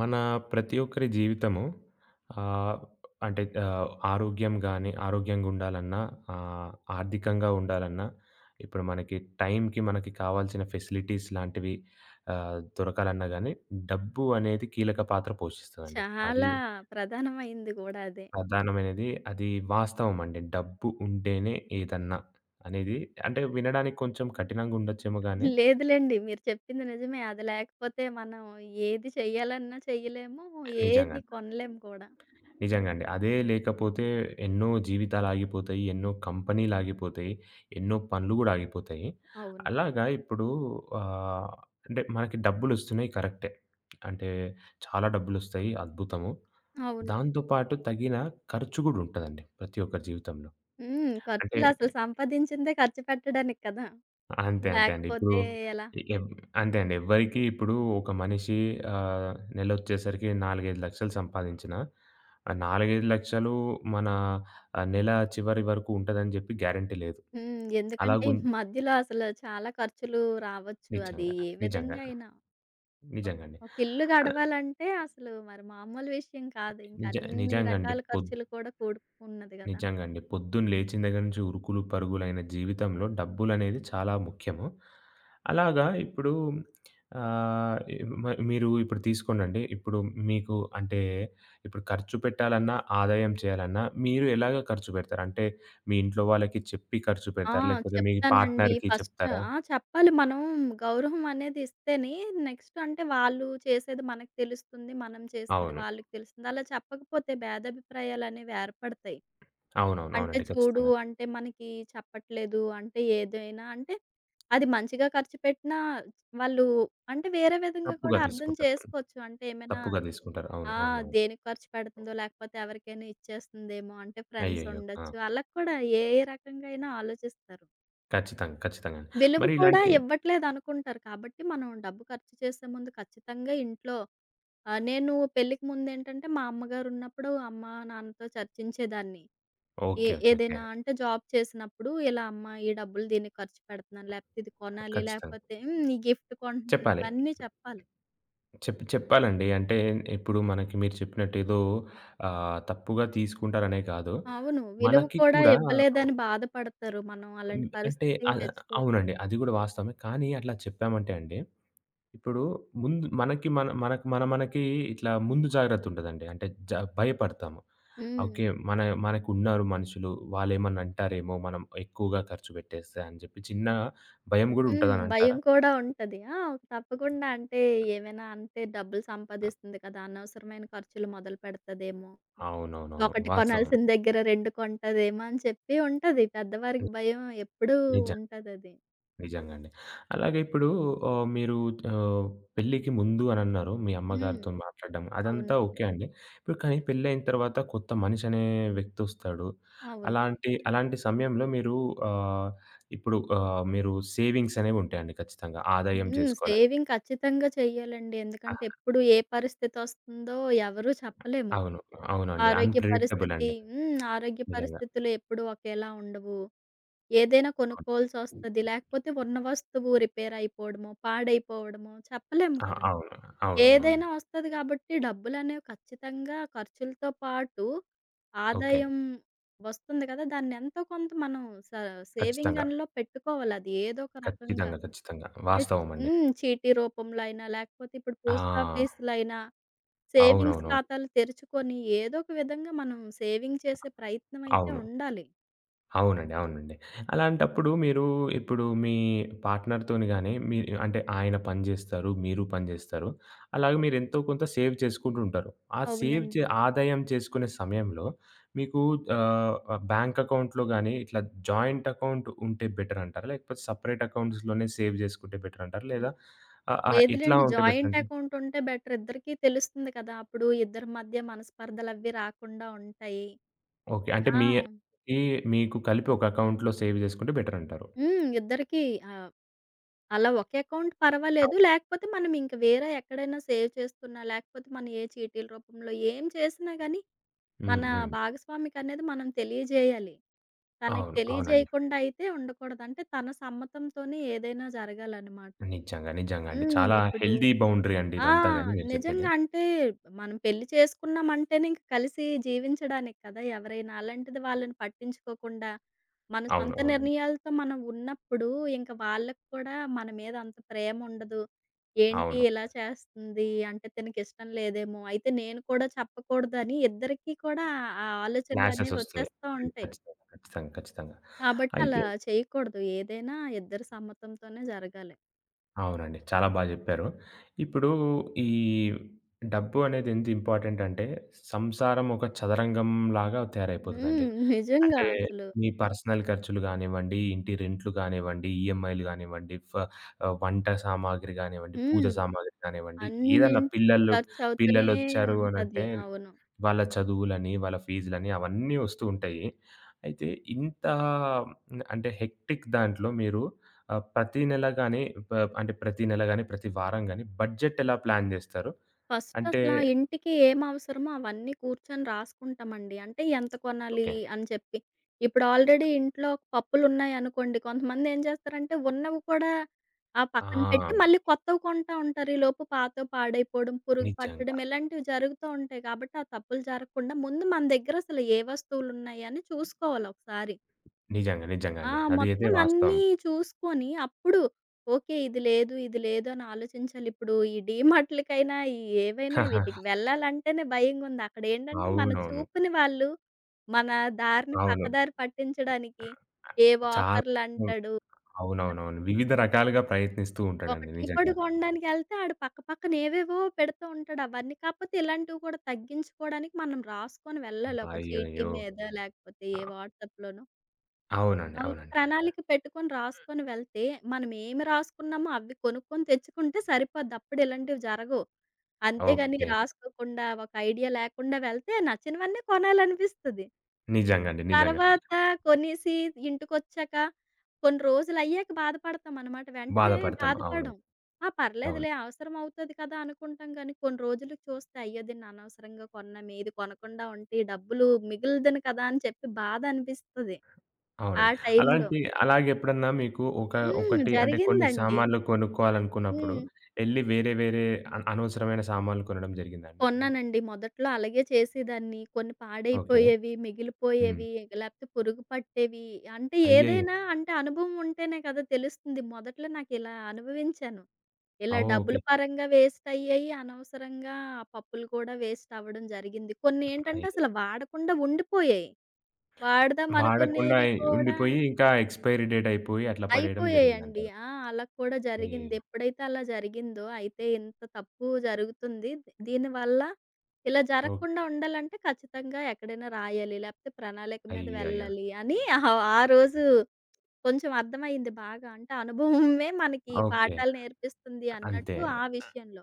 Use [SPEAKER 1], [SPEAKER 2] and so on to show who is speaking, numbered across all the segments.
[SPEAKER 1] మన ప్రతి ఒక్కరి జీవితము ఆహ్, అంటే ఆరోగ్యం గాని, ఆరోగ్యంగా ఉండాలన్నా, ఆహ్, ఆర్థికంగా ఉండాలన్నా, ఇప్పుడు మనకి టైంకి మనకి కావాల్సిన ఫెసిలిటీస్ లాంటివి దొరకాలన్నా గాని, డబ్బు అనేది కీలక పాత్ర పోషిస్తదండి. అది
[SPEAKER 2] చాలా ప్రధానమైంది గూడా అదే.
[SPEAKER 1] ప్రధానమైనది. అది వాస్తవం అండి. డబ్బు ఉంటేనే ఏదన్నా అనేది అంటే వినడానికి కొంచెం కఠినంగా ఉండొచ్చేమో గాని
[SPEAKER 2] లేదులెండి, మీరు చెప్పింది నిజమే. అది లేకపోతే మనం ఏది చెయ్యాలన్నా చెయ్యలేము. ఏది
[SPEAKER 1] నిజంగానే.
[SPEAKER 2] కొనలేము కూడా.
[SPEAKER 1] నిజంగా అండి. అదే లేకపోతే ఎన్నో జీవితాలాగిపోతాయి. ఎన్నో కంపెనీలాగిపోతాయి. ఎన్నో పనులు గూడా ఆగిపోతాయి.
[SPEAKER 2] అవును.
[SPEAKER 1] అలాగా ఇప్పుడు ఆహ్, అంటే మనకి డబ్బులొస్తున్నాయి కరెక్టే. అంటే చాలా డబ్బులొస్తాయి అద్భుతము.
[SPEAKER 2] అవును.
[SPEAKER 1] దాంతో పాటు తగిన ఖర్చు గూడా ఉంటదండి ప్రతి ఒక్కరి జీవితంలో.
[SPEAKER 2] హ్మ్.
[SPEAKER 1] అంటే
[SPEAKER 2] ఖర్చులసలు సంపాదించిందే ఖర్చు పెట్టడానికి కదా!
[SPEAKER 1] అంతే. అంతే అండి. ఇప్పుడు
[SPEAKER 2] లేకపోతే ఎలా?
[SPEAKER 1] ఎవ్ అంతే అండి. ఎవ్వరికీ ఇప్పుడు ఒక మనిషి ఆహ్, నెలొచ్చేసరికి 4, 5 లక్షలు సంపాదించిన, ఆ 4, 5 లక్షలు మన నెల చివరి వరకు ఉంటదని జెప్పి గ్యారంటీ లేదు.
[SPEAKER 2] హ్మ్. ఎందుకంటే ఈ
[SPEAKER 1] అలాగున్
[SPEAKER 2] మధ్యలో అసలు చాలా ఖర్చులు రావచ్చు. అది
[SPEAKER 1] నిజంగా.
[SPEAKER 2] ఏ
[SPEAKER 1] నిజంగా.
[SPEAKER 2] విధంగా అయినా. ఒక
[SPEAKER 1] నిజంగండి.
[SPEAKER 2] ఒక ఇల్లు
[SPEAKER 1] అలా
[SPEAKER 2] గడవాలంటే అసలు మరి మామూలు విషయం కాదు. ఇంక
[SPEAKER 1] నిజ
[SPEAKER 2] అన్ని
[SPEAKER 1] నిజంగండి.
[SPEAKER 2] రకాల ఖర్చులు కూడా కూడుకున్నది గదా!
[SPEAKER 1] నిజంగా అండి. పొద్దున్న లేచిన దగ్గర నుంచి ఉరుకులు, పరుగులైన జీవితంలో డబ్బులనేది చాలా ముఖ్యము. అలాగా ఇప్పుడు ఆహ్, మ మీరు ఇప్పుడు తీసుకోండండి. ఇప్పుడు మీకు అంటే ఇప్పుడు ఖర్చు పెట్టాలన్నా, ఆదాయం చేయాలన్నా మీరు ఎలాగా ఖర్చు పెడతారు? అంటే మీ ఇంట్లో వాళ్ళకి చెప్పి ఖర్చు
[SPEAKER 2] ఆ!
[SPEAKER 1] పెడతారా? లేకపోతే మీ
[SPEAKER 2] చెప్తానండి.
[SPEAKER 1] పార్ట్నర్‌కి
[SPEAKER 2] ఫస్ట్
[SPEAKER 1] చెప్తారా?
[SPEAKER 2] ఆ! చెప్పాలి. మనం గౌరవం అనేది ఇస్తేనే నెక్స్ట్ అంటే వాళ్ళు చేసేది మనకు తెలుస్తుంది. మనం చేసేది
[SPEAKER 1] అవును.
[SPEAKER 2] వాళ్ళకి తెలుస్తుంది. అలా చెప్పకపోతే భేదాభిప్రాయాలనేవి ఏర్పడతాయి.
[SPEAKER 1] అవునవును.
[SPEAKER 2] అంటే
[SPEAKER 1] అవునండి.
[SPEAKER 2] చూడు,
[SPEAKER 1] ఖచ్చితంగా.
[SPEAKER 2] అంటే మనకి చెప్పట్లేదు అంటే ఏదైనా అంటే అది మంచిగా ఖర్చు పెట్టినా వాళ్ళు అంటే వేరే విధంగా
[SPEAKER 1] తప్పుగా
[SPEAKER 2] కూడా అర్థం
[SPEAKER 1] తీసుకుంటారు.
[SPEAKER 2] చేసుకోవచ్చు. అంటే ఏమైనా
[SPEAKER 1] తప్పుగా తీసుకుంటారు. అవును.
[SPEAKER 2] ఆ!
[SPEAKER 1] అవునవును.
[SPEAKER 2] దేనికి ఖర్చు పెడుతుందో, లేకపోతే ఎవరికైనా ఇచ్చేస్తుందేమో, అంటే ఫ్రెండ్స్
[SPEAKER 1] అయ్యయ్యో! ఆ!
[SPEAKER 2] ఉండొచ్చు. అలా కూడా ఏ ఏ రకంగా అయినా ఆలోచిస్తారు.
[SPEAKER 1] ఖచ్చితంగా. ఖచ్చితంగాండి.
[SPEAKER 2] విలువ
[SPEAKER 1] మరి
[SPEAKER 2] కూడా
[SPEAKER 1] ఇలాంటి
[SPEAKER 2] ఇవ్వట్లేదనుకుంటారు. కాబట్టి మనం డబ్బు ఖర్చు చేసే ముందు ఖచ్చితంగా ఇంట్లో నేను పెళ్ళికి ముందేంటంటే మా అమ్మగారున్నప్పుడు అమ్మ, నాన్నతో చర్చించేదాన్ని. ఏ
[SPEAKER 1] ఓకే. ఓకే. ఓకే.
[SPEAKER 2] ఏదైనా అంటే జాబ్ చేసినప్పుడు ఇలా అమ్మ, ఈ డబ్బులు దీనికి ఖర్చు పెడుతున్నాను. లేకపోతే ఇది కొనాలి.
[SPEAKER 1] ఖచ్చితంగా.
[SPEAKER 2] లేకపోతే ఈ గిఫ్ట్ కొంటున్నాను.
[SPEAKER 1] చెప్పాలి.
[SPEAKER 2] ఇవన్నీ చెప్పాలి.
[SPEAKER 1] చెప్పాలండి. అంటే ఇప్పుడు మనకి మీరు చెప్పినట్టు ఏదో తప్పుగా తీసుకుంటారనే కాదు.
[SPEAKER 2] అవును. విలువ
[SPEAKER 1] మనకి
[SPEAKER 2] కూడా
[SPEAKER 1] కూడా
[SPEAKER 2] ఇవ్వలేదని బాధపడతారు. మనం అలాంటి
[SPEAKER 1] అంటే
[SPEAKER 2] పరిస్థితి
[SPEAKER 1] అవునండి.
[SPEAKER 2] తెచ్చుకోకూడదు.
[SPEAKER 1] అది కూడా వాస్తవమే. కానీ అట్లా చెప్పామంటే అండి, ఇప్పుడు ముందు మనకి మన మనకు మన మనకి ఇట్లా ముందు జాగ్రత్త ఉంటదండి. అంటే భయపడతాము.
[SPEAKER 2] హ్మ్.
[SPEAKER 1] ఓకే. మన మనకున్నారు మనుషులు. వాళ్ళేమన్నా అంటారేమో మనం ఎక్కువగా ఖర్చు పెట్టేస్తే అని చెప్పి చిన్న భయం కూడా
[SPEAKER 2] హ్మ్.
[SPEAKER 1] ఉంటదని
[SPEAKER 2] భయం
[SPEAKER 1] అంటారా?
[SPEAKER 2] కూడా ఉంటది. ఆ! తప్పకుండా అంటే ఏమైనా అంటే డబ్బులు సంపాదిస్తుంది కదా! అనవసరమైన ఖర్చులు మొదలు పెడతదేమో!
[SPEAKER 1] అవునవునవును.
[SPEAKER 2] ఒకటి
[SPEAKER 1] వాస్తవం.
[SPEAKER 2] కొనాల్సిన దగ్గర 2 కొంటదేమో అని చెప్పి ఉంటది.
[SPEAKER 1] ని
[SPEAKER 2] పెద్దవారికి భయం ఎప్పుడూ
[SPEAKER 1] నిజం.
[SPEAKER 2] ఉంటదది.
[SPEAKER 1] నిజంగా అండి. అలాగే ఇప్పుడు మీరు ఆహ్, పెళ్ళికి ముందు అనన్నారు. మీ
[SPEAKER 2] హ్మ్.
[SPEAKER 1] అమ్మగారితో మాట్లాడడం అదంతా
[SPEAKER 2] అవునండి.
[SPEAKER 1] ఓకే అండి. ఇప్పుడు కానీ పెళ్ళయిన తర్వాత కొత్త మనిషనే వ్యక్తొస్తాడు.
[SPEAKER 2] అవును.
[SPEAKER 1] అలాంటి అలాంటి సమయంలో మీరు ఆహ్, ఇప్పుడు మీరు సేవింగ్స్ అనేవుంటాయండి ఖచ్చితంగా. ఆదాయం
[SPEAKER 2] హ్మ్.
[SPEAKER 1] చేసుకోవాలని.
[SPEAKER 2] సేవింగ్ ఖచ్చితంగా చెయ్యాలండి. ఎందుకంటే
[SPEAKER 1] అహ్,
[SPEAKER 2] ఎప్పుడు ఏ పరిస్థితొస్తుందో ఎవరు చెప్పలేము.
[SPEAKER 1] అవును. అవునండి.
[SPEAKER 2] ఆరోగ్య
[SPEAKER 1] అన్‌ప్రెడిక్టబుల్
[SPEAKER 2] పరిస్థితి
[SPEAKER 1] అండి.
[SPEAKER 2] హ్మ్. ఆరోగ్య
[SPEAKER 1] నిజంగా.
[SPEAKER 2] పరిస్థితులు ఎప్పుడు ఒకేలా ఉండవు. ఏదైనా
[SPEAKER 1] అవును.
[SPEAKER 2] కొనుక్కోవాల్సొస్తది. లేకపోతే ఉన్న వస్తువు రిపేరయిపోవడమో, పాడైపోవడమో చెప్పలేము
[SPEAKER 1] ఆ!
[SPEAKER 2] కదా!
[SPEAKER 1] అవును.
[SPEAKER 2] ఏదైనా
[SPEAKER 1] అవునవునవునండి.
[SPEAKER 2] వస్తది కాబట్టి డబ్బులనేవి ఖచ్చితంగా ఖర్చులతో పాటు
[SPEAKER 1] ఓకే.
[SPEAKER 2] ఆదాయం వస్తుంది కదా! దాన్ని ఎంతో కొంత మనం స సేవింగ్
[SPEAKER 1] ఖచ్చితంగా.
[SPEAKER 2] గన్‌లో పెట్టుకోవాలి. అది ఏదో ఒక రకంగా
[SPEAKER 1] ఖచ్చితంగా. ఖచ్చితంగా.
[SPEAKER 2] అంటే
[SPEAKER 1] వాస్తవమండి.
[SPEAKER 2] హ్మ్. చీటీ రూపంలో అయినా, లేకపోతే ఇప్పుడు పోస్ట్
[SPEAKER 1] ఆ!
[SPEAKER 2] ఆఫీస్‌లో అయినా సేవింగ్స్
[SPEAKER 1] అవునవునవును.
[SPEAKER 2] ఖాతాలు తెరుచుకొని ఏదో ఒక విధంగా మనం సేవింగ్ చేసే ప్రయత్నం అయితే
[SPEAKER 1] అవును.
[SPEAKER 2] ఉండాలి.
[SPEAKER 1] అవునండి. అవునండి. అలాంటప్పుడు మీరు ఇప్పుడు మీ పార్ట్‌నర్‌తోని గాని మీ అంటే ఆయన పని జేస్తారు, మీరు పని జేస్తారు. అలాగే మీరు ఎంతో కొంత సేవ్ చేసుకుంటూ ఉంటారు. ఆ సేవ్ చే
[SPEAKER 2] అవునండి.
[SPEAKER 1] ఆదాయం చేసుకునే సమయంలో మీకు ఆహ్, బ్యాంక్ అకౌంట్‌లో గాని ఇట్లా జాయింట్ అకౌంట్ ఉంటే బెటర్ అంటారా? లేకపోతే సెపరేట్ అకౌంట్స్‌లోనే సేవ్ జేసుకుంటే బెటర్ అంటారా? లేదా ఆహ్, ఆహ్, ఎట్లా
[SPEAKER 2] లేదులెండి.
[SPEAKER 1] ఉంటే బెటర్
[SPEAKER 2] జాయింట్
[SPEAKER 1] అండి?
[SPEAKER 2] అకౌంట్ ఉంటే బెటర్. ఇద్దరికీ తెలుస్తుంది కదా! అప్పుడు ఇద్దరి మధ్య మనస్పర్ధలవి రాకుండా ఉంటాయి.
[SPEAKER 1] ఓకే. అంటే
[SPEAKER 2] ఆ!
[SPEAKER 1] మీ ఈ మీకు కలిపి ఒక అకౌంట్‌లో సేవ్ జేసుకుంటే బెటర్ అంటారు.
[SPEAKER 2] హ్మ్. ఇద్దరికీ ఆహ్, అలా ఒక అకౌంట్ పర్వాలేదు.
[SPEAKER 1] అవును.
[SPEAKER 2] లేకపోతే మనం ఇంక వేరే ఎక్కడైనా సేవ్ చేస్తున్నా, లేకపోతే మనం ఏ చీటీల రూపంలో ఏం చేసినా గానీ, మన
[SPEAKER 1] హ్మ్. హ్మ్.
[SPEAKER 2] భాగస్వామికనేది మనం తెలియజేయాలి. తనకి
[SPEAKER 1] అవును. అవునండి.
[SPEAKER 2] తెలియజేయకుండా అయితే ఉండకూడదు. అంటే తన సమ్మతంతోనే ఏదైనా జరగాలనమాట.
[SPEAKER 1] నిజంగా. నిజంగా అండి.
[SPEAKER 2] హ్మ్.
[SPEAKER 1] చాలా
[SPEAKER 2] ఇప్పుడు
[SPEAKER 1] హెల్తీ బౌండరీ అండి
[SPEAKER 2] ఆ!
[SPEAKER 1] ఇదంతా గాని మీరు చెప్పేది.
[SPEAKER 2] నిజంగా అంటే మనం పెళ్లి చేసుకున్నామంటేనే ఇంక కలిసి జీవించడానికి కదా! ఎవరైనా అలాంటిది వాళ్ళని పట్టించుకోకుండా, మన
[SPEAKER 1] అవును.
[SPEAKER 2] సొంత
[SPEAKER 1] అవునండి.
[SPEAKER 2] నిర్ణయాలతో మనం ఉన్నప్పుడు ఇంక వాళ్ళకి కూడా మన మీద అంత ప్రేమ ఉండదు. ఏంటి
[SPEAKER 1] అవును.
[SPEAKER 2] ఇలా చేస్తుంది? అంటే తినకిష్టం లేదేమో! అయితే నేను కూడా చెప్పకూడదని ఇద్దరికీ కూడా ఆ
[SPEAKER 1] క్లాషెస్
[SPEAKER 2] ఆలోచనలనేవి
[SPEAKER 1] ఒస్తాయి.
[SPEAKER 2] వచ్చేస్తా
[SPEAKER 1] హ్మ్.
[SPEAKER 2] ఉంటాయి.
[SPEAKER 1] ఖచ్చితంగా. ఖచ్చితంగా. ఖచ్చితంగా.
[SPEAKER 2] కాబట్టి
[SPEAKER 1] అయితే
[SPEAKER 2] అలా చేయకూడదు. ఏదైనా ఇద్దరి సమ్మతంతోనే జరగాలి.
[SPEAKER 1] అవునండి. చాలా బా జెప్పారు. ఇప్పుడు ఈ డబ్బు అనేది ఎంత ఇంపార్టెంట్ అంటే, సంసారం ఒక చదరంగం లాగా తయారైపోతదండి.
[SPEAKER 2] హ్మ్. నిజంగా
[SPEAKER 1] అంటే
[SPEAKER 2] అసలు.
[SPEAKER 1] మీ పర్సనల్ ఖర్చులు గానివ్వండి, ఇంటి రెంట్‌లు గానివ్వండి, ఈఎంఐలు గానివ్వండి, వంట సామాగ్రి గానివ్వండి, పూజ
[SPEAKER 2] హ్మ్.
[SPEAKER 1] సామాగ్రి గానివ్వండి, ఏదన్నా
[SPEAKER 2] అన్నింటికి ఖర్చవుతూనే
[SPEAKER 1] పిల్లలొచ్చారు
[SPEAKER 2] ఉంటది.
[SPEAKER 1] అనంటే
[SPEAKER 2] అవును.
[SPEAKER 1] వాళ్ళ చదువులని, వాళ్ళ ఫీజులని అవన్నీ వస్తూ ఉంటాయి. అయితే ఇంత అంటే హెక్టిక్ దాంట్లో మీరు ఆహ్, ప్రతి నెల గాని ప అంటే ప్రతి నెల గాని, ప్రతి వారం గాని బడ్జెట్ ఎలా ప్లాన్ జేస్తారు?
[SPEAKER 2] ఫస్ట్
[SPEAKER 1] అంటే
[SPEAKER 2] అసలా ఇంటికి ఏం అవసరమో అవన్నీ కూర్చొని రాసుకుంటామండి. అంటే ఎంత కొనాలి
[SPEAKER 1] ఓకే.
[SPEAKER 2] అని చెప్పి. ఇప్పుడు ఆల్రెడీ ఇంట్లో పప్పులున్నాయనుకోండి, కొంతమంది ఏం చేస్తారంటే ఉన్నవి కూడా ఆ పక్కన
[SPEAKER 1] ఆ!
[SPEAKER 2] పెట్టి మళ్ళీ కొత్తవి కొంటా ఉంటారు. ఈలోపు పాతవి పాడైపోవడం, పురుగు
[SPEAKER 1] నిజంగా.
[SPEAKER 2] పట్టడం ఇలాంటివి జరుగుతూ ఉంటాయి. కాబట్టి ఆ తప్పులు జరగకుండా ముందు మన దగ్గర అసలు ఏ వస్తువులున్నాయని చూసుకోవాలి ఒకసారి.
[SPEAKER 1] నిజంగా. నిజంగా
[SPEAKER 2] ఆ!
[SPEAKER 1] అండి. అది అయితే
[SPEAKER 2] మొత్తం
[SPEAKER 1] వాస్తవం.
[SPEAKER 2] అన్నీ చూసుకొని అప్పుడు ఓకే, ఇది లేదు, ఇది లేదు అని ఆలోచించాలి. ఇప్పుడు ఈ డీమార్ట్‌లకైనా, ఈ ఏవైనా వీటికి వెళ్ళాలంటేనే భయంగుంది. అక్కడేంటంటే మన
[SPEAKER 1] అవునవును.
[SPEAKER 2] చూపుని వాళ్ళు మన దారిని
[SPEAKER 1] అవును.
[SPEAKER 2] పక్కదారి పట్టించడానికి ఏవో
[SPEAKER 1] చాలా హ్మ్.
[SPEAKER 2] ఆఫర్‌లంటాడు.
[SPEAKER 1] అవునవునవును. వివిధ రకాలుగా ప్రయత్నిస్తూ
[SPEAKER 2] ఒక
[SPEAKER 1] ఉంటాడండి
[SPEAKER 2] టీ పొడి
[SPEAKER 1] నిజంగా.
[SPEAKER 2] కొనడానికి ఎళ్తే ఆడు పక్క పక్కన ఏవేవో పెడుతూ ఉంటాడు. అవన్నీ కాకపోతే ఇలాంటివి కూడా తగ్గించుకోవడానికి మనం రాసుకొని వెళ్ళాలి. ఒక చీటీ
[SPEAKER 1] అయ్యయ్యో!
[SPEAKER 2] మీద, లేకపోతే
[SPEAKER 1] ఆ!
[SPEAKER 2] ఏ వాట్సాప్‌లోనో
[SPEAKER 1] అవునండి.
[SPEAKER 2] ఆ! ఒక
[SPEAKER 1] అవునండి.
[SPEAKER 2] ప్రణాళిక పెట్టుకొని రాసుకొని వెళ్తే, మనం ఏమి రాసుకున్నామో అవి కొనుక్కొని తెచ్చుకుంటే సరిపోద్ది. అప్పుడు ఇలాంటివి జరగవు. అంతేగాని
[SPEAKER 1] ఓకే.
[SPEAKER 2] రాసుకోకుండా, ఒక ఐడియా లేకుండా వెళ్తే నచ్చినవన్నీ కొనాలనిపిస్తది.
[SPEAKER 1] నిజంగా అండి. నిజంగా.
[SPEAKER 2] తర్వాత కొనేసి ఇంటికొచ్చాక కొన్ని రోజులయ్యాక బాధపడతామనమాట. వెంటనే
[SPEAKER 1] బాధపడతాం. అవును.
[SPEAKER 2] బాధపడం. ఆ!
[SPEAKER 1] అవును.
[SPEAKER 2] పర్లేదులే అవసరం అవుతది కదా! అనుకుంటాం గానీ, కొన్ని రోజులకి చూస్తే అయ్యో! దీన్ని అనవసరంగా కొన్నామే, ఇది కొనకుండా ఉంటే ఈ డబ్బులు మిగులుదును కదా! అని చెప్పి బాధ అనిపిస్తది. ఆ
[SPEAKER 1] అవునండి.
[SPEAKER 2] టైంలో.
[SPEAKER 1] అలాంటి అలాగెప్పుడన్నా మీకు ఒక
[SPEAKER 2] హ్మ్.
[SPEAKER 1] ఒకటి అంటే కొన్ని
[SPEAKER 2] జరిగిందండి.
[SPEAKER 1] సామాన్లు కొనుక్కోవాలనుకున్నప్పుడు
[SPEAKER 2] హ్మ్.
[SPEAKER 1] ఎళ్లి వేరే వేరే అనవసరమైన సామాన్లు కొనడం జరిగిందా అండి ఎప్పుడన్నా?
[SPEAKER 2] కొన్నానండి. మొదట్లో అలాగే చేసేదాన్ని. కొన్ని
[SPEAKER 1] ఓకే.
[SPEAKER 2] పాడైపోయేవి,
[SPEAKER 1] హ్మ్.
[SPEAKER 2] మిగిలిపోయేవి, లేకపోతే పురుగు పట్టేవి. అంటే
[SPEAKER 1] అయ్యయ్యో!
[SPEAKER 2] ఏదైనా అంటే అనుభవం ఉంటేనే కదా తెలుస్తుంది. మొదట్లో నాకిలా అనుభవించాను. ఇలా డబ్బుల
[SPEAKER 1] ఓకే.
[SPEAKER 2] పరంగా వేస్ట్ అయ్యాయి. అనవసరంగా పప్పులు కూడా వేస్ట్ అవ్వడం జరిగింది. కొన్ని ఏంటంటే
[SPEAKER 1] అయ్యో!
[SPEAKER 2] అసలు వాడకుండా ఉండిపోయాయి. వాడదాం
[SPEAKER 1] వాడకుండా
[SPEAKER 2] అనుకునేవి కూడా
[SPEAKER 1] ఉండిపోయి ఇంకా ఎక్స్‌పైరీ డేట్ అయిపోయి అట్లా పడేయడం
[SPEAKER 2] అయిపోయాయండి.
[SPEAKER 1] జరిగిందంటారు.
[SPEAKER 2] ఆ! అలా కూడా జరిగింది.
[SPEAKER 1] అయ్యయ్యో!
[SPEAKER 2] ఎప్పుడైతే అలా జరిగిందో, అయితే ఇంత తప్పు జరుగుతుంది. దీనివల్ల ఇలా
[SPEAKER 1] ఓహ్!
[SPEAKER 2] జరగకుండా ఉండాలంటే ఖచ్చితంగా ఎక్కడైనా రాయాలి, లేకపోతే ప్రణాళిక మీద
[SPEAKER 1] అయ్యయ్యో!
[SPEAKER 2] వెళ్ళాలి అని ఆ రోజు కొంచెం అర్థమయింది బాగా. అంటే అనుభవమే మనకి
[SPEAKER 1] ఓకే.
[SPEAKER 2] పాఠాలు నేర్పిస్తుంది
[SPEAKER 1] అంతే.
[SPEAKER 2] అన్నట్టు ఆ విషయంలో.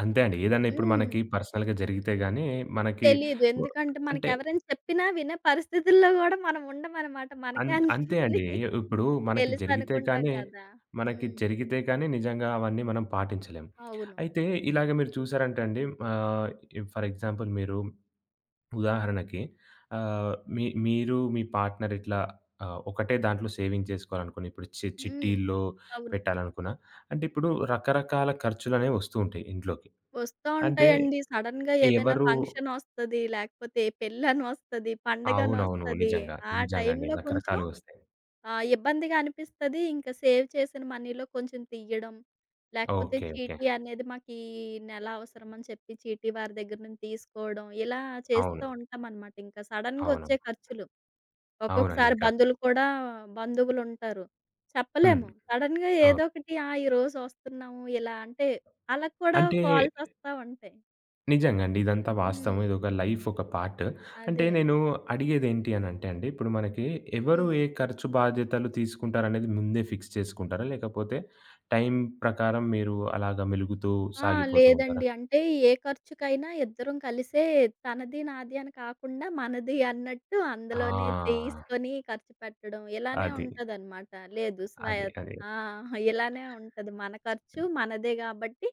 [SPEAKER 1] అంతే అండి. ఏదన్నా ఇప్పుడు
[SPEAKER 2] హ్మ్.
[SPEAKER 1] మనకి పర్సనల్‌గా జరిగితే గాని మనకి
[SPEAKER 2] తెలీదు.
[SPEAKER 1] వ
[SPEAKER 2] ఎందుకంటే
[SPEAKER 1] అంటే
[SPEAKER 2] మనకెవరైనా చెప్పినా వినే పరిస్థితుల్లో గూడా మనం ఉండమనమాట.
[SPEAKER 1] అన్
[SPEAKER 2] మనకే
[SPEAKER 1] అంతే
[SPEAKER 2] అన్నీ
[SPEAKER 1] అండి. ఇప్పుడు మనకి జరిగితే
[SPEAKER 2] తెలుసనుకుంటాం
[SPEAKER 1] కానీ
[SPEAKER 2] కదా!
[SPEAKER 1] మనకి
[SPEAKER 2] హ్మ్.
[SPEAKER 1] జరిగితే కానీ నిజంగా అవన్నీ మనం పాటించలేం.
[SPEAKER 2] అవును.
[SPEAKER 1] అయితే ఇలాగ మీరు చూసారంటే అండి ఆహ్, ఫర్ ఎగ్జాంపుల్ మీరు ఉదాహరణకి ఆహ్, మీ మీరు మీ పార్ట్నర్ ఇట్లా ఒకటే దాంట్లో సేవింగ్ చేసుకోవాలనుకుని, ఇప్పుడు
[SPEAKER 2] హ్మ్.
[SPEAKER 1] చిట్టీల్లో
[SPEAKER 2] అవును.
[SPEAKER 1] పెట్టాలనుకున్నా, అంటే ఇప్పుడు రకరకాల ఖర్చులనేవి వస్తూ ఉంటాయి ఇంట్లోకి.
[SPEAKER 2] వస్తా
[SPEAKER 1] అంటే
[SPEAKER 2] ఉంటాయండి. సడెన్‌గా ఏవైనా
[SPEAKER 1] ఎవరు
[SPEAKER 2] ఫంక్షనొస్తది, లేకపోతే పెళ్ళనొస్తది,
[SPEAKER 1] అవునవును.
[SPEAKER 2] పండగనొస్తది.
[SPEAKER 1] నిజంగా.
[SPEAKER 2] ఆ
[SPEAKER 1] నిజంగా అండి.
[SPEAKER 2] టైంలో కొంచెం
[SPEAKER 1] రకరకాలుగొస్తాయి.
[SPEAKER 2] ఇబ్బందిగా అనిపిస్తది. ఇంకా సేవ్ చేసిన మనీలో కొంచెం తీయడం, లేకపోతే
[SPEAKER 1] ఓకే. ఓకే.
[SPEAKER 2] చీటీ అనేది మాకీ నెల అవసరమని చెప్పి చీటీ వారి దగ్గర నుంచి తీసుకోవడం, ఇలా చేస్తూ
[SPEAKER 1] అవును.
[SPEAKER 2] ఉంటామనమాట. ఇంకా సడెన్‌గా
[SPEAKER 1] అవును.
[SPEAKER 2] వచ్చే ఖర్చులు.
[SPEAKER 1] అవునండి.
[SPEAKER 2] ఒక్కొక్కసారి
[SPEAKER 1] ఇంకా
[SPEAKER 2] బంధువులు కూడా బంధువులుంటారు.
[SPEAKER 1] హ్మ్.
[SPEAKER 2] చెప్పలేము. సడెన్‌గా
[SPEAKER 1] అవును.
[SPEAKER 2] ఏదోకటి ఆ! ఈరోజు వస్తున్నాము ఇలా అంటే, ఆళ్ళకి కూడా
[SPEAKER 1] అంటే
[SPEAKER 2] కాల్సొస్తా ఉంటాయి.
[SPEAKER 1] నిజంగా అండి. ఇదంతా వాస్తవం.
[SPEAKER 2] హ్మ్.
[SPEAKER 1] ఇదొక లైఫ్ ఒక పార్ట్. అంటే
[SPEAKER 2] అదే.
[SPEAKER 1] నేను అడిగేదేంటి అనంటే అండి, ఇప్పుడు మనకి ఎవరు
[SPEAKER 2] హ్మ్.
[SPEAKER 1] ఏ ఖర్చు బాధ్యతలు తీసుకుంటారనేది ముందే ఫిక్స్ చేసుకుంటారా? లేకపోతే టైం ప్రకారం మీరు అలాగా మెలుగుతూ
[SPEAKER 2] ఆ!
[SPEAKER 1] సాగిపోతూ ఉంటారా?
[SPEAKER 2] లేదండి. అంటే ఏ ఖర్చుకైనా ఇద్దరం కలిసే, తనది, నాది అని కాకుండా మనది అన్నట్టు అందులోనే
[SPEAKER 1] ఆ!
[SPEAKER 2] తీసుకొని ఖర్చు పెట్టడం ఇలానే
[SPEAKER 1] అది.
[SPEAKER 2] ఉంటదనమాట. లేదు స్వయ
[SPEAKER 1] అదే. అదే.
[SPEAKER 2] ఆ! ఇలానే ఉంటది. మన ఖర్చు మనదే గాబట్టి,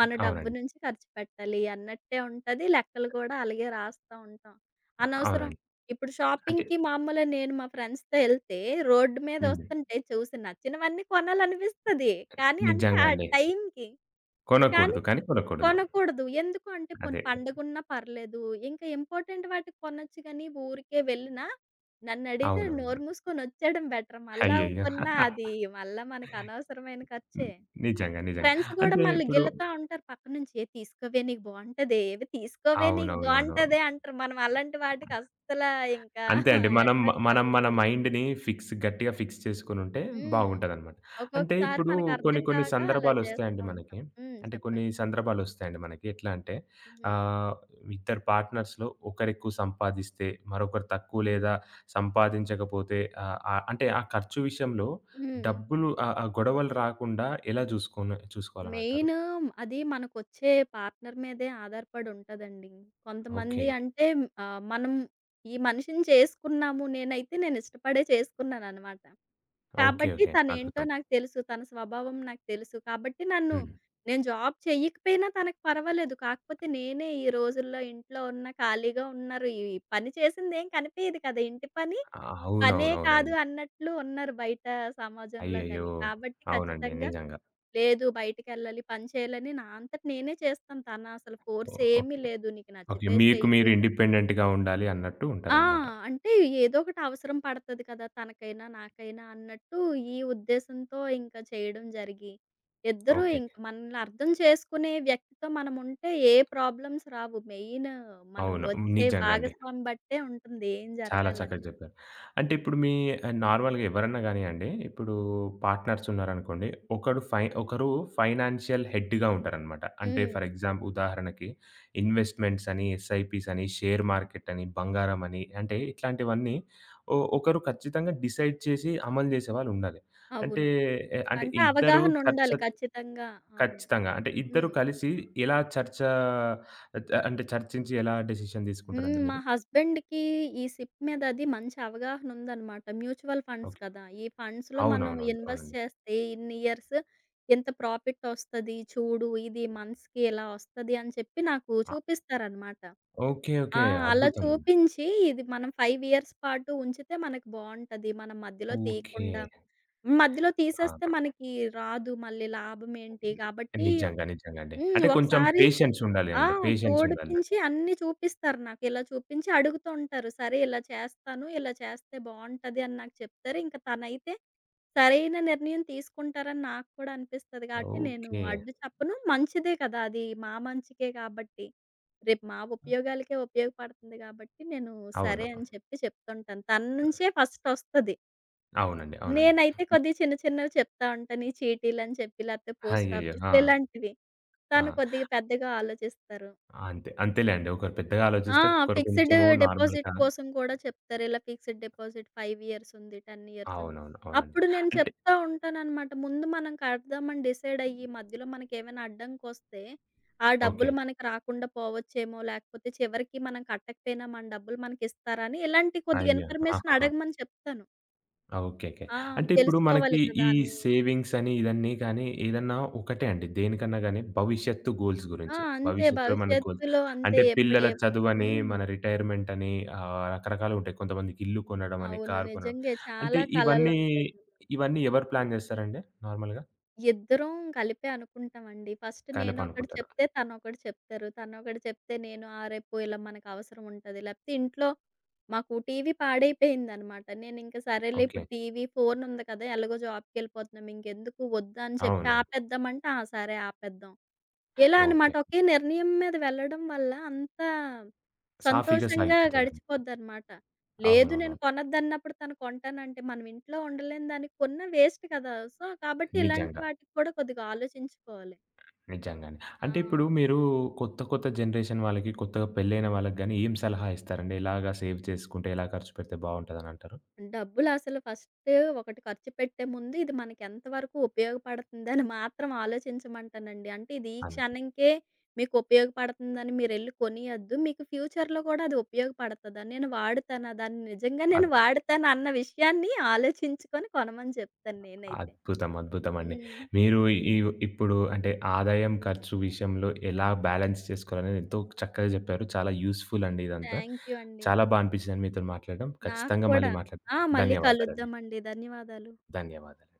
[SPEAKER 2] మన డబ్బు
[SPEAKER 1] అవునండి.
[SPEAKER 2] నుంచి ఖర్చు పెట్టాలి అన్నట్టే ఉంటది. లెక్కలు కూడా అలాగే రాస్తా ఉంటాం. అనవసరం
[SPEAKER 1] అవునండి.
[SPEAKER 2] ఇప్పుడు
[SPEAKER 1] అంటే
[SPEAKER 2] షాపింగ్‌కి మామూలుగా నేను మా ఫ్రెండ్స్‌తో ఎళ్తే రోడ్డు మీద
[SPEAKER 1] హ్మ్.
[SPEAKER 2] వస్తుంటే చూసి నచ్చినవన్నీ కొనాలనిపిస్తది. కానీ అంటే
[SPEAKER 1] నిజంగా
[SPEAKER 2] ఆ
[SPEAKER 1] అండి.
[SPEAKER 2] టైంకి కానీ
[SPEAKER 1] కొనకూడదు. కానీ కొనకూడదు.
[SPEAKER 2] కొనకూడదు. ఎందుకు అంటే పోనీ
[SPEAKER 1] అదే.
[SPEAKER 2] పండగున్నా పర్లేదు. ఇంకా ఇంపార్టెంట్ వాటికి కొనొచ్చు గానీ, ఊరికే వెళ్ళినా నన్నడిగితే
[SPEAKER 1] అవునవును.
[SPEAKER 2] నోరు మూసుకొని వచ్చేయడం బెటర్. మళ్ళా
[SPEAKER 1] అయ్యయ్యో!
[SPEAKER 2] కొన్నా అది మళ్ళా మనకు అనవసరమైన ఖర్చే.
[SPEAKER 1] నిజంగా. నిజంగా.
[SPEAKER 2] ఫ్రెండ్స్ గూడా
[SPEAKER 1] అంటే
[SPEAKER 2] మళ్ళీ
[SPEAKER 1] ఇప్పుడు
[SPEAKER 2] గిల్లుతా ఉంటారు పక్క నుంచి. "ఏ తీసుకోవే నీకు బావుంటదే, ఏవే తీసుకోవే నీకు
[SPEAKER 1] అవునవునవును.
[SPEAKER 2] బావుంటదే" అంటారు. మనం అలాంటి వాటికి అస్సల ఇంకా
[SPEAKER 1] అంతే అండి. మనం మ
[SPEAKER 2] అట్రాక్ట్
[SPEAKER 1] మనం మన
[SPEAKER 2] అవ్వకూడదు.
[SPEAKER 1] మైండ్‌ని ఫిక్స్ గట్టిగా ఫిక్స్ చేసుకొనుంటే
[SPEAKER 2] హ్మ్.
[SPEAKER 1] బాగుంటదనమాట. అంటే
[SPEAKER 2] ఒక్కొక్కసారి
[SPEAKER 1] ఇప్పుడు
[SPEAKER 2] మనకు
[SPEAKER 1] కొన్ని
[SPEAKER 2] అర్థం
[SPEAKER 1] కొన్ని
[SPEAKER 2] కాక అలా చేస్తూ
[SPEAKER 1] సందర్భాలొస్తాయండి మనకి.
[SPEAKER 2] ఉంటాం. హ్మ్.
[SPEAKER 1] అంటే కొన్ని
[SPEAKER 2] చెప్పండి.
[SPEAKER 1] సందర్భాలొస్తాయండి మనకి. ఎట్లా అంటే
[SPEAKER 2] హ్మ్.
[SPEAKER 1] ఆహ్, ఇద్దరు పార్ట్నర్స్‌లో ఒకరెక్కువ సంపాదిస్తే, మరొకరు తక్కువ లేదా సంపాదించకపోతే ఆహ్, ఆహ్, అంటే ఆ ఖర్చు విషయంలో
[SPEAKER 2] హ్మ్.
[SPEAKER 1] డబ్బులు ఆహ్, ఆహ్, గొడవలు రాకుండా ఎలా చూసుకోవాలనంటారు?
[SPEAKER 2] మెయిన్ అది మనకొచ్చే పార్ట్‌నర్ మీదే ఆధారపడి ఉంటదండి.
[SPEAKER 1] ఓకే.
[SPEAKER 2] కొంతమంది అంటే మనం ఈ మనిషిని చేసుకున్నాము. నేనైతే నేను ఇష్టపడే చేసుకున్నాననమాట.
[SPEAKER 1] ఓకే.
[SPEAKER 2] కాబట్టి
[SPEAKER 1] ఓకే.
[SPEAKER 2] తనేంటో
[SPEAKER 1] అద్భుతం.
[SPEAKER 2] నాకు తెలుసు. తన స్వభావం నాకు తెలుసు. కాబట్టి నన్ను
[SPEAKER 1] హ్మ్.
[SPEAKER 2] నేను జాబ్ చెయ్యకపోయినా తనకు పర్వాలేదు. కాకపోతే నేనే ఈ రోజుల్లో ఇంట్లో ఉన్న ఖాళీగా ఉన్నారు. ఈ పని చేసిందేం కనిపియదు కదా! ఇంటి పని, పనే కాదు
[SPEAKER 1] అవునవునవునండి.
[SPEAKER 2] అన్నట్లు ఉన్నారు బయట సమాజంలో
[SPEAKER 1] అయ్యయ్యో!
[SPEAKER 2] గాని. కాబట్టి
[SPEAKER 1] అవునండి.
[SPEAKER 2] ఖచ్చితంగా
[SPEAKER 1] నిజంగా.
[SPEAKER 2] లేదు, బయటికెళ్ళాలి, పని చేయాలని నా అంతట నేనే చేస్తాను. తనసలు ఫోర్స్
[SPEAKER 1] ఓహ్!
[SPEAKER 2] ఏమీ
[SPEAKER 1] ఓకే.
[SPEAKER 2] లేదు. నీకు
[SPEAKER 1] ఓకే.
[SPEAKER 2] నచ్చితే
[SPEAKER 1] మీకు మీరు
[SPEAKER 2] చెయ్యు.
[SPEAKER 1] ఇండిపెండెంట్‌గా ఉండాలి అన్నట్టు
[SPEAKER 2] ఆ!
[SPEAKER 1] ఉంటారనమాట.
[SPEAKER 2] అంటే ఏదో ఒకటి అవసరం పడతది కదా! తనకైనా, నాకైనా అన్నట్టు ఈ ఉద్దేశంతో ఇంకా చేయడం జరిగి, ఇద్దరూ
[SPEAKER 1] ఓకే.
[SPEAKER 2] ఇంక మనల్ని అర్థం చేసుకునే వ్యక్తితో మనముంటే ఏ ప్రాబ్లమ్స్ రావు. మెయిన్ మనం
[SPEAKER 1] అవును.
[SPEAKER 2] వచ్చే
[SPEAKER 1] నిజంగా అండి.
[SPEAKER 2] భాగస్వామి బట్టే ఉంటుంది ఏం
[SPEAKER 1] చాలా చక్కగా
[SPEAKER 2] జరగాలన్నా.
[SPEAKER 1] చెప్పారు. అంటే ఇప్పుడు మీ నార్మల్‌గా ఎవరన్నా గానియండి, ఇప్పుడు పార్ట్నర్స్ ఉన్నారనుకోండి. ఒకడు ఫై ఒకరు ఫైనాన్షియల్ హెడ్‌గా ఉంటారనమాట. అంటే
[SPEAKER 2] హ్మ్.
[SPEAKER 1] ఫర్ ఎగ్జాంపుల్ ఉదాహరణకి ఇన్వెస్ట్‌మెంట్స్ అని, ఎస్ఐపీస్ అని, షేర్ మార్కెట్ అని, బంగారం అని అంటే ఇట్లాంటివన్నీ ఒకరు ఖచ్చితంగా డిసైడ్ చేసి అమలు చేసేవాళ్ళు ఉండాలి. అంటే,
[SPEAKER 2] అవును.
[SPEAKER 1] అంటే
[SPEAKER 2] అంటే
[SPEAKER 1] ఇద్దరు చర్చ
[SPEAKER 2] అవగాహనుండాలి ఖచ్చితంగా. అవును.
[SPEAKER 1] ఖచ్చితంగా. అంటే ఇద్దరు
[SPEAKER 2] హ్మ్.
[SPEAKER 1] కలిసి ఎలా అంటే చర్చించి ఎలా డెసిషన్
[SPEAKER 2] హ్మ్.
[SPEAKER 1] తీసుకుంటారండి
[SPEAKER 2] మా
[SPEAKER 1] మీరు?
[SPEAKER 2] హస్బెండ్‌కి ఈ సిప్ మీద అది మంచి అవగాహన ఉందనమాట. Mutual funds
[SPEAKER 1] okay.
[SPEAKER 2] కదా! ఈ ఫండ్స్‌లో మనం
[SPEAKER 1] అవునవునండి.
[SPEAKER 2] ఇన్వెస్ట్
[SPEAKER 1] అవునండి.
[SPEAKER 2] చేస్తే ఇన్ని ఇయర్స్ ఇంత ప్రాఫిట్ వస్తది. చూడు ఇది మంత్స్‌కి ఇలా వస్తది అని చెప్పి నాకు
[SPEAKER 1] ఆ!
[SPEAKER 2] చూపిస్తారనమాట.
[SPEAKER 1] ఓకే.
[SPEAKER 2] ఆ!
[SPEAKER 1] ఓకే.
[SPEAKER 2] అలా
[SPEAKER 1] అద్భుతం.
[SPEAKER 2] చూపించి ఇది మనం 5 ఇయర్స్ పాటు ఉంచితే మనకు బావుంటది. మనం మధ్యలో
[SPEAKER 1] ఓకే.
[SPEAKER 2] తీయకుండా, మధ్యలో
[SPEAKER 1] ఆ!
[SPEAKER 2] తీసేస్తే మనకి రాదు, మళ్ళీ లాభం ఏంటి? కాబట్టి
[SPEAKER 1] నిజంగా. నిజంగా అండి.
[SPEAKER 2] హ్మ్.
[SPEAKER 1] అంటే కొంచెం
[SPEAKER 2] ఒకసారి
[SPEAKER 1] పేషెన్స్ ఉండాలి
[SPEAKER 2] ఆ!
[SPEAKER 1] అండి. పేషెన్స్ ఉండాలి.
[SPEAKER 2] చూడిపించి అన్నీ చూపిస్తారు నాకు. ఇలా చూపించి అడుగుతూ ఉంటారు. సరే ఇలా చేస్తాను, ఇలా చేస్తే బావుంటది అని నాకు చెప్తారు. ఇంక తనైతే సరైన నిర్ణయం తీసుకుంటారని నాకు కూడా అనిపిస్తది కాబట్టి నేను
[SPEAKER 1] ఓకే.
[SPEAKER 2] అడ్డు చెప్పను. మంచిదే కదా! అది మా మంచికే కాబట్టి. రేపు మా ఉపయోగాలకే ఉపయోగపడుతుంది కాబట్టి నేను
[SPEAKER 1] అవును.
[SPEAKER 2] సరే అని చెప్పి చెప్తుంటాను. తన నుంచే ఫస్ట్ ఒస్తది.
[SPEAKER 1] అవునండి. అవునండి.
[SPEAKER 2] నేనైతే కొద్దిగా చిన్న చిన్నవి చెప్తా ఉంటాను. ఈ చీటీలని చెప్పి లేకపోతే పోస్ట్
[SPEAKER 1] అయ్యయ్యో! ఆ!
[SPEAKER 2] ఆఫీస్‌లు ఇలాంటివి. తను
[SPEAKER 1] ఆ!
[SPEAKER 2] కొద్దిగా పెద్దగా ఆలోచిస్తారు.
[SPEAKER 1] అంతే. అంతేలేండి. ఒకరు పెద్దగా
[SPEAKER 2] ఆ!
[SPEAKER 1] ఆలోచిస్తే ఒకరు
[SPEAKER 2] ఫిక్స్‌డ్
[SPEAKER 1] కొంచెము
[SPEAKER 2] డిపాజిట్
[SPEAKER 1] నార్మల్‌గా
[SPEAKER 2] కోసం కూడా చెప్తారు. ఇలా ఫిక్స్‌డ్ డిపాజిట్ 5 ఇయర్స్ ఉంది, 10 ఇయర్స్ ఉంది.
[SPEAKER 1] అవునవును. అవునండి.
[SPEAKER 2] అప్పుడు నేను
[SPEAKER 1] అంటే
[SPEAKER 2] చెప్తా ఉంటాననమాట. ముందు మనం కడదామని డిసైడ్ అయ్యి, మధ్యలో మనకేమైనా అడ్డంకొస్తే, ఆ
[SPEAKER 1] ఓకే.
[SPEAKER 2] డబ్బులు మనకు రాకుండా పోవచ్చేమో, లేకపోతే చివరికి మనం కట్టకపోయినా మన డబ్బులు మనకిస్తారా అని ఇలాంటి కొద్దిగా
[SPEAKER 1] అయ్యో!
[SPEAKER 2] ఇన్ఫర్మేషన్
[SPEAKER 1] ఆహాహా!
[SPEAKER 2] అడగమని చెప్తాను.
[SPEAKER 1] ఆ! ఓకే. ఓకే.
[SPEAKER 2] ఆ!
[SPEAKER 1] అంటే ఇప్పుడు మనకి
[SPEAKER 2] తెలుసుకోవాలి కదా!
[SPEAKER 1] ఈ
[SPEAKER 2] అన్నీ.
[SPEAKER 1] సేవింగ్స్ అని, ఇదన్నీ కానీ ఏదన్నా ఒకటే అండి. దేనికన్నా గాని భవిష్యత్తు గోల్స్
[SPEAKER 2] ఆ!
[SPEAKER 1] గురించి.
[SPEAKER 2] అంతే
[SPEAKER 1] భవిష్యత్తులో మన గోల్
[SPEAKER 2] భవిష్యత్తులో అంతే
[SPEAKER 1] అంటే
[SPEAKER 2] ఎప్పుడు
[SPEAKER 1] పిల్లల
[SPEAKER 2] ఏ
[SPEAKER 1] చదువని,
[SPEAKER 2] హ్మ్.
[SPEAKER 1] మన రిటైర్మెంట్ అని రకరకాలుంటాయి. కొంతమందికి ఇల్లు కొనడం అని,
[SPEAKER 2] అవును.
[SPEAKER 1] కారు కొనడం.
[SPEAKER 2] నిజంగే
[SPEAKER 1] అంటే
[SPEAKER 2] చాలా
[SPEAKER 1] ఇవన్నీ,
[SPEAKER 2] కలలుంటాయి కదా!
[SPEAKER 1] ఎవరు ప్లాన్ జేస్తారండి నార్మల్‌గా?
[SPEAKER 2] ఇద్దరం కలిపే అనుకుంటామండి. ఫస్ట్
[SPEAKER 1] కలప
[SPEAKER 2] నేనొకటి
[SPEAKER 1] అనుకుంటారు.
[SPEAKER 2] చెప్తే తనొకటి చెప్తారు. తనొకటి చెప్తే నేను ఆ! రేపు ఇలా మనకవసరం ఉంటది. లేపోతే ఇంట్లో మాకు టీవీ పాడైపోయిందనమాట. నేనింక సరేలే
[SPEAKER 1] ఓకే.
[SPEAKER 2] ఇప్పుడు టీవీ, ఫోనుంది కదా! ఎలాగో జాబ్‌కెళ్ళిపోతున్నాం ఇంకెందుకు వద్దని చెప్పి
[SPEAKER 1] అవును.
[SPEAKER 2] ఆపేద్దామంటే, ఆ! సరే ఆపేద్దాం. ఇలా
[SPEAKER 1] ఓకే.
[SPEAKER 2] అనమాట. ఒకే నిర్ణయం మీద వెళ్ళడం వల్ల అంత
[SPEAKER 1] సాఫీగా
[SPEAKER 2] సంతోషంగా
[SPEAKER 1] సాగిపోతదనమాట.
[SPEAKER 2] గడిచిపోద్దనమాట. లేదు, నేను
[SPEAKER 1] అవునవునవును.
[SPEAKER 2] కొనొద్దన్నప్పుడు తను కొంటానంటే, మనం ఇంట్లో ఉండలేని దానికి కొన్నా వేస్ట్ కదా! సో, కాబట్టి ఇలాంటి
[SPEAKER 1] నిజంగా.
[SPEAKER 2] వాటికి కూడా కొద్దిగా ఆలోచించుకోవాలి.
[SPEAKER 1] నిజంగానే.
[SPEAKER 2] ఆ!
[SPEAKER 1] అంటే ఇప్పుడు మీరు కొత్త, కొత్త జనరేషన్ వాళ్ళకి, కొత్తగా పెళ్ళైన వాళ్ళకి గాని ఏం సలహా ఇస్తారండి? ఎలాగా సేవ్ చేసుకుంటే, ఎలా ఖర్చు పెడితే బావుంటదనంటారు?
[SPEAKER 2] డబ్బులసలు ఫస్ట్ ఒకటి ఖర్చు పెట్టే ముందు ఇది మనకెంత వరకు ఉపయోగపడుతుందని మాత్రం ఆలోచించమంటానండి. అంటే ఇది ఈ
[SPEAKER 1] అంతే.
[SPEAKER 2] క్షణంకే మీకు ఉపయోగపడుతుందని మీరెళ్లి కొనియొద్దు. మీకు ఫ్యూచర్‌లో కూడా అది ఉపయోగపడతదా? నేను వాడుతానా? దాన్ని నిజంగా నేను
[SPEAKER 1] అద్
[SPEAKER 2] వాడతానా అన్న విషయాన్ని ఆలోచించుకొని కొనమని చెప్తాను నేనైతే.
[SPEAKER 1] అద్భుతం. అద్భుతమండి.
[SPEAKER 2] హ్మ్.
[SPEAKER 1] మీరు ఈ ఇప్పుడు అంటే ఆదాయం, ఖర్చు విషయంలో ఎలా బ్యాలెన్స్ చేసుకోవాలనేది ఎంతో చక్కగా చెప్పారు. చాలా యూజ్‌ఫుల్ అండి ఇదంతా.
[SPEAKER 2] థ్యాంక్ యూ అండి.
[SPEAKER 1] చాలా బా అనిపించిందండి మీతోని మాట్లాడడం.
[SPEAKER 2] నాకు
[SPEAKER 1] ఖచ్చితంగా
[SPEAKER 2] కూడా.
[SPEAKER 1] మళ్ళీ మాట్లాడదాం.
[SPEAKER 2] ఆ! మళ్ళీ
[SPEAKER 1] ధన్యవాదాలండి.
[SPEAKER 2] కలుద్దామండి. ధన్యవాదాలు.
[SPEAKER 1] ధన్యవాదాలు.